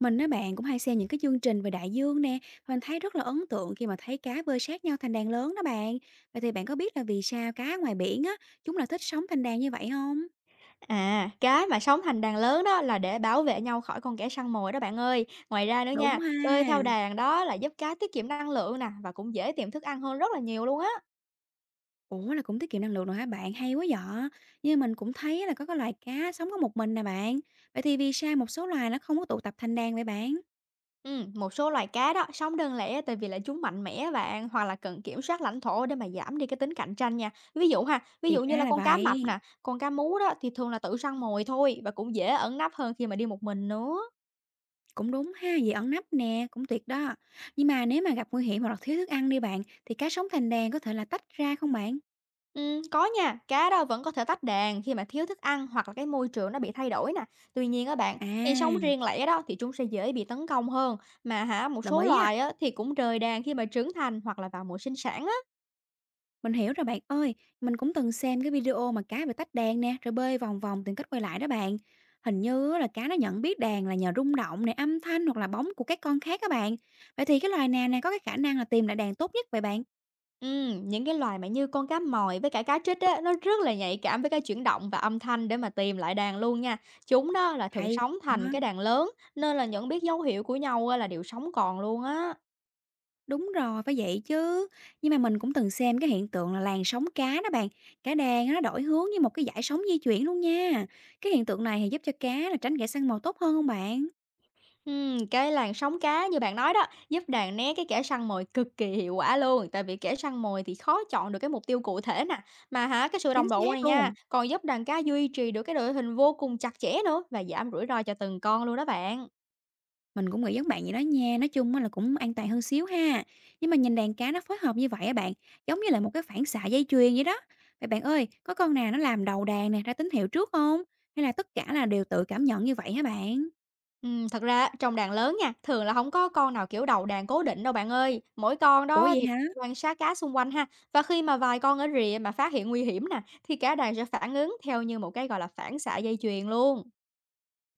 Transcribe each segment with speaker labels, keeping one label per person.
Speaker 1: Mình á bạn cũng hay xem những cái chương trình về đại dương nè, mình thấy rất là ấn tượng khi mà thấy cá bơi sát nhau thành đàn lớn đó bạn. Vậy thì bạn có biết là vì sao cá ngoài biển á, chúng là thích sống thành đàn như vậy không?
Speaker 2: À, cái mà sống thành đàn lớn đó là để bảo vệ nhau khỏi con kẻ săn mồi đó bạn ơi. Ngoài ra nữa nha,
Speaker 1: Đúng ha.
Speaker 2: bơi theo đàn đó là giúp cá tiết kiệm năng lượng nè và cũng dễ tìm thức ăn hơn rất là nhiều luôn á.
Speaker 1: Ủa là cũng tiết kiệm năng lượng rồi hả bạn? Hay quá dạ. Nhưng mình cũng thấy là có cái loài cá sống có một mình nè bạn. Vậy thì vì sao một số loài nó không có tụ tập thành đàn vậy bạn?
Speaker 2: Ừ, một số loài cá đó sống đơn lẻ tại vì là chúng mạnh mẽ bạn hoặc là cần kiểm soát lãnh thổ để mà giảm đi cái tính cạnh tranh nha. Ví dụ ha, ví
Speaker 1: Thì
Speaker 2: dụ như là
Speaker 1: ra là
Speaker 2: con cá mập
Speaker 1: vậy.
Speaker 2: nè, con cá mú đó thì thường là tự săn mồi thôi và cũng dễ ẩn nấp hơn khi mà đi một mình nữa.
Speaker 1: Cũng đúng ha, vì ẩn nấp nè, cũng tuyệt đó. Nhưng mà nếu mà gặp nguy hiểm hoặc là thiếu thức ăn đi bạn, thì cá sống thành đàn có thể là tách ra không bạn?
Speaker 2: Có nha, cá đó vẫn có thể tách đàn khi mà thiếu thức ăn hoặc là cái môi trường nó bị thay đổi nè. Tuy nhiên các bạn, khi sống
Speaker 1: À,
Speaker 2: riêng lẻ đó thì chúng sẽ dễ bị tấn công hơn. Mà hả, một
Speaker 1: Đồng
Speaker 2: số
Speaker 1: ý á,
Speaker 2: loài á thì cũng rời đàn khi mà trưởng thành hoặc là vào mùa sinh sản á.
Speaker 1: mình hiểu rồi bạn ơi, mình cũng từng xem cái video mà cá bị tách đàn nè, rồi bơi vòng vòng tìm cách quay lại đó bạn. Hình như á là cá nó nhận biết đàn là nhờ rung động này, âm thanh hoặc là bóng của các con khác các bạn. Vậy thì cái loài nào này có cái khả năng là tìm lại đàn tốt nhất vậy bạn?
Speaker 2: Những cái loài mà như con cá mòi với cả cá trích á, nó rất là nhạy cảm với cái chuyển động và âm thanh để mà tìm lại đàn luôn nha. Chúng đó là thường
Speaker 1: Hay
Speaker 2: sống thành
Speaker 1: quá.
Speaker 2: cái đàn lớn nên là nhận biết dấu hiệu của nhau á là điều sống còn luôn á.
Speaker 1: Đúng rồi, phải vậy chứ. Nhưng mà mình cũng từng xem cái hiện tượng là làn sóng cá đó bạn. Cá đàn á, nó đổi hướng như một cái dải sóng di chuyển luôn nha. Cái hiện tượng này thì giúp cho cá là tránh kẻ săn mồi tốt hơn không bạn?
Speaker 2: Cái làn sóng cá như bạn nói đó, giúp đàn né cái kẻ săn mồi cực kỳ hiệu quả luôn, tại vì kẻ săn mồi thì khó chọn được cái mục tiêu cụ thể nè. Mà hả, cái sự
Speaker 1: Chính
Speaker 2: đồng bộ này
Speaker 1: xác
Speaker 2: nha,
Speaker 1: luôn.
Speaker 2: còn giúp đàn cá duy trì được cái đội hình vô cùng chặt chẽ nữa và giảm rủi ro cho từng con luôn đó bạn.
Speaker 1: Mình cũng nghĩ giống bạn vậy đó nha, nói chung á là cũng an toàn hơn xíu ha. Nhưng mà nhìn đàn cá nó phối hợp như vậy á bạn, giống như là một cái phản xạ dây chuyền vậy đó. Vậy bạn ơi, có con nào nó làm đầu đàn nè, ra tín hiệu trước không? Hay là tất cả là đều tự cảm nhận như vậy hả bạn?
Speaker 2: Thật ra á, trong đàn lớn nha, thường là không có con nào kiểu đầu đàn cố định đâu bạn ơi. Mỗi con
Speaker 1: Ủa
Speaker 2: đó
Speaker 1: vậy
Speaker 2: thì
Speaker 1: hả?
Speaker 2: quan sát cá xung quanh ha. Và khi mà vài con ở rìa mà phát hiện nguy hiểm nè, thì cả đàn sẽ phản ứng theo như một cái gọi là phản xạ dây chuyền luôn.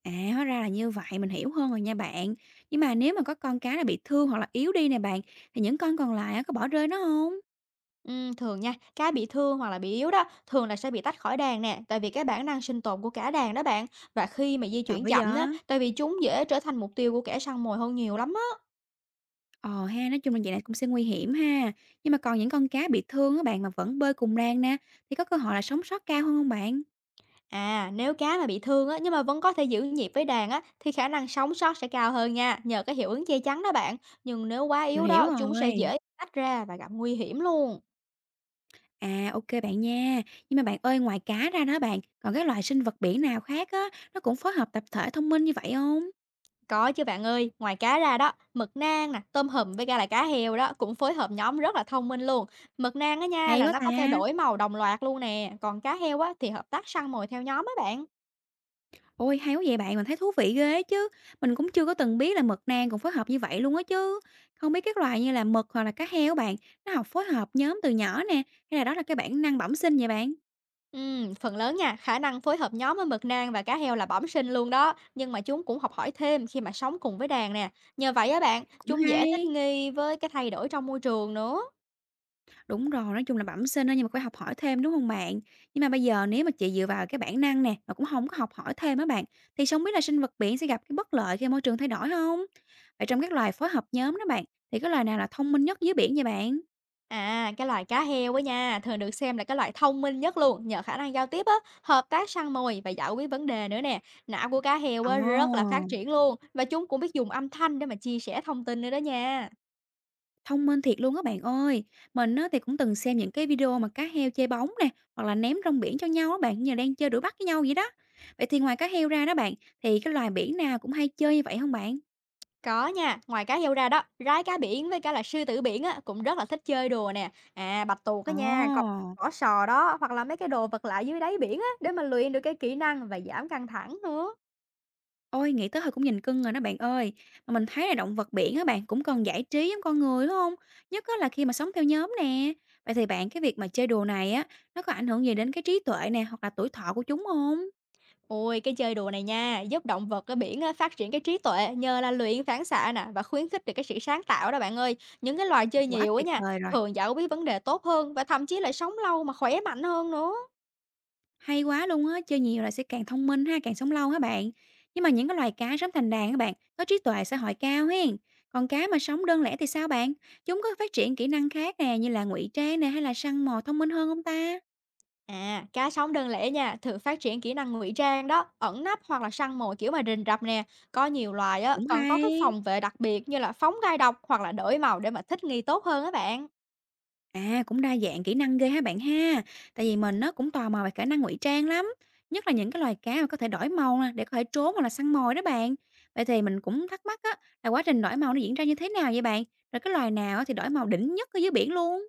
Speaker 1: À hóa ra là như vậy, mình hiểu hơn rồi nha bạn. Nhưng mà nếu mà có con cá là bị thương hoặc là yếu đi nè bạn, thì những con còn lại á, có bỏ rơi nó không?
Speaker 2: Thường nha, cá bị thương hoặc là bị yếu đó, thường là sẽ bị tách khỏi đàn nè, tại vì cái bản năng sinh tồn của cả đàn đó bạn. Và khi mà di
Speaker 1: Tội
Speaker 2: chuyển
Speaker 1: vậy.
Speaker 2: chậm á, tại vì chúng dễ trở thành mục tiêu của kẻ săn mồi hơn nhiều lắm á.
Speaker 1: Ờ ha, nói chung là vậy này cũng sẽ nguy hiểm ha. Nhưng mà còn những con cá bị thương á bạn mà vẫn bơi cùng đoàn nè, thì có cơ hội là sống sót cao hơn không bạn?
Speaker 2: À, nếu cá mà bị thương á, nhưng mà vẫn có thể giữ nhịp với đàn á, thì khả năng sống sót sẽ cao hơn nha, nhờ cái hiệu ứng che chắn đó bạn. Nhưng nếu quá
Speaker 1: Mình
Speaker 2: yếu
Speaker 1: hiểu
Speaker 2: đó, chúng sẽ
Speaker 1: rồi.
Speaker 2: dễ tách ra và gặp nguy hiểm luôn.
Speaker 1: À, ok bạn nha. Nhưng mà bạn ơi, ngoài cá ra đó bạn, còn cái loài sinh vật biển nào khác á, nó cũng phối hợp tập thể thông minh như vậy không?
Speaker 2: Có chứ bạn ơi, ngoài cá ra đó, mực nang nè, tôm hùm với cả là cá heo đó cũng phối hợp nhóm rất là thông minh luôn. Mực nang á nha
Speaker 1: Hay
Speaker 2: là
Speaker 1: quá
Speaker 2: nó
Speaker 1: ta!
Speaker 2: có thể đổi màu đồng loạt luôn nè, còn cá heo á thì hợp tác săn mồi theo nhóm á bạn.
Speaker 1: Ôi, hay quá vậy bạn, mình thấy thú vị ghê á chứ. Mình cũng chưa có từng biết là mực nang cũng phối hợp như vậy luôn á chứ. Không biết các loài như là mực hoặc là cá heo bạn, nó học phối hợp nhóm từ nhỏ nè, hay là đó là cái bản năng bẩm sinh vậy bạn?
Speaker 2: Phần lớn nha, khả năng phối hợp nhóm ở mực nang và cá heo là bẩm sinh luôn đó, nhưng mà chúng cũng học hỏi thêm khi mà sống cùng với đàn nè. Nhờ vậy á bạn,
Speaker 1: Cũng
Speaker 2: chúng dễ thích
Speaker 1: hay.
Speaker 2: nghi với cái thay đổi trong môi trường nữa.
Speaker 1: Đúng rồi, nói chung là bẩm sinh á, nhưng mà phải học hỏi thêm, đúng không bạn? Nhưng mà bây giờ nếu mà chị dựa vào cái bản năng nè, mà cũng không có học hỏi thêm á bạn, thì sao biết là sinh vật biển sẽ gặp cái bất lợi khi môi trường thay đổi không? Vậy trong các loài phối hợp nhóm đó bạn, thì cái loài nào là thông minh nhất dưới biển vậy bạn?
Speaker 2: À, cái loài cá heo á nha, thường được xem là cái loài thông minh nhất luôn, nhờ khả năng giao tiếp á, hợp tác săn mồi và giải quyết vấn đề nữa nè. Não của cá heo
Speaker 1: Ồ,
Speaker 2: á rất là phát triển luôn và chúng cũng biết dùng âm thanh để mà chia sẻ thông tin nữa đó nha.
Speaker 1: thông minh thiệt luôn á bạn ơi! Mình á, thì cũng từng xem những cái video mà cá heo chơi bóng nè, hoặc là ném rong biển cho nhau á bạn, như là đang chơi đuổi bắt với nhau vậy đó. Vậy thì ngoài cá heo ra đó bạn, thì cái loài biển nào cũng hay chơi như vậy không bạn?
Speaker 2: Có nha, ngoài cá heo ra đó, rái cá biển với cả là sư tử biển á cũng rất là thích chơi đùa nè. À, bạch tuộc á nha, còn
Speaker 1: Ồ!
Speaker 2: vỏ sò đó hoặc là mấy cái đồ vật lạ dưới đáy biển á để mà luyện được cái kỹ năng và giảm căng thẳng nữa.
Speaker 1: Ôi, nghĩ tới thôi cũng nhìn cưng rồi đó bạn ơi. Mà mình thấy là động vật biển á bạn cũng cần giải trí giống con người, đúng không? Nhất á là khi mà sống theo nhóm nè. Vậy thì bạn cái việc mà chơi đùa này á, nó có ảnh hưởng gì đến cái trí tuệ nè, hoặc là tuổi thọ của chúng không?
Speaker 2: Ôi, cái chơi đùa này nha, giúp động vật ở biển á, phát triển cái trí tuệ nhờ là luyện phản xạ nè và khuyến khích được cái sự sáng tạo đó bạn ơi. Những cái loài chơi
Speaker 1: Quá
Speaker 2: nhiều á
Speaker 1: tuyệt
Speaker 2: nha,
Speaker 1: vời rồi,
Speaker 2: thường giải quyết vấn đề tốt hơn và thậm chí là sống lâu mà khỏe mạnh hơn nữa.
Speaker 1: hay quá luôn á, chơi nhiều là sẽ càng thông minh ha, càng sống lâu hả bạn? Nhưng mà những cái loài cá sống thành đàn các bạn, có trí tuệ xã hội cao hen. Còn cá mà sống đơn lẻ thì sao bạn? Chúng có phát triển kỹ năng khác nè, như là ngụy trang nè, hay là săn mồi thông minh hơn hông ta?
Speaker 2: À, cá sống đơn lẻ nha, thường phát triển kỹ năng ngụy trang đó, ẩn nấp hoặc là săn mồi kiểu mà rình rập nè. Có nhiều loài á,
Speaker 1: Cũng
Speaker 2: còn có cái
Speaker 1: hay.
Speaker 2: phòng vệ đặc biệt như là phóng gai độc hoặc là đổi màu để mà thích nghi tốt hơn á bạn.
Speaker 1: À, cũng đa dạng kỹ năng ghê ha bạn ha. Tại vì mình nó cũng tò mò về khả năng ngụy trang lắm, nhất là những cái loài cá mà có thể đổi màu nè, để có thể trốn hoặc là săn mồi đó bạn. Vậy thì mình cũng thắc mắc á là quá trình đổi màu nó diễn ra như thế nào vậy bạn? Rồi cái loài nào á thì đổi màu đỉnh nhất ở dưới biển luôn?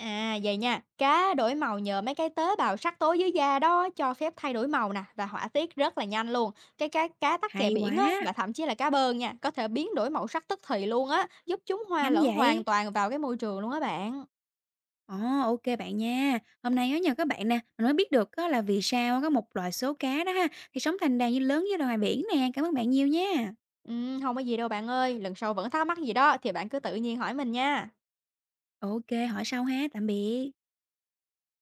Speaker 2: À, vậy nha, cá đổi màu nhờ mấy cái tế bào sắc tố dưới da đó cho phép thay đổi màu nè và hỏa tiết rất là nhanh luôn. Cái cá cá tắc kè
Speaker 1: Hay
Speaker 2: biển á và
Speaker 1: quá,
Speaker 2: thậm chí là cá bơn nha, có thể biến đổi màu sắc tức thì luôn á, giúp chúng hòa
Speaker 1: nhanh
Speaker 2: lẫn hoàn
Speaker 1: vậy.
Speaker 2: toàn vào cái môi trường luôn á bạn.
Speaker 1: Ồ, ok bạn nha. Hôm nay á nhờ các bạn nè, mình mới biết được á là vì sao có một loài số cá đó ha thì sống thành đàn như lớn như loài biển nè. Cảm ơn bạn nhiều nha.
Speaker 2: Ừ, không có gì đâu bạn ơi, lần sau vẫn thắc mắc gì đó thì bạn cứ tự nhiên hỏi mình nha.
Speaker 1: Ok, hỏi sau ha. Tạm biệt.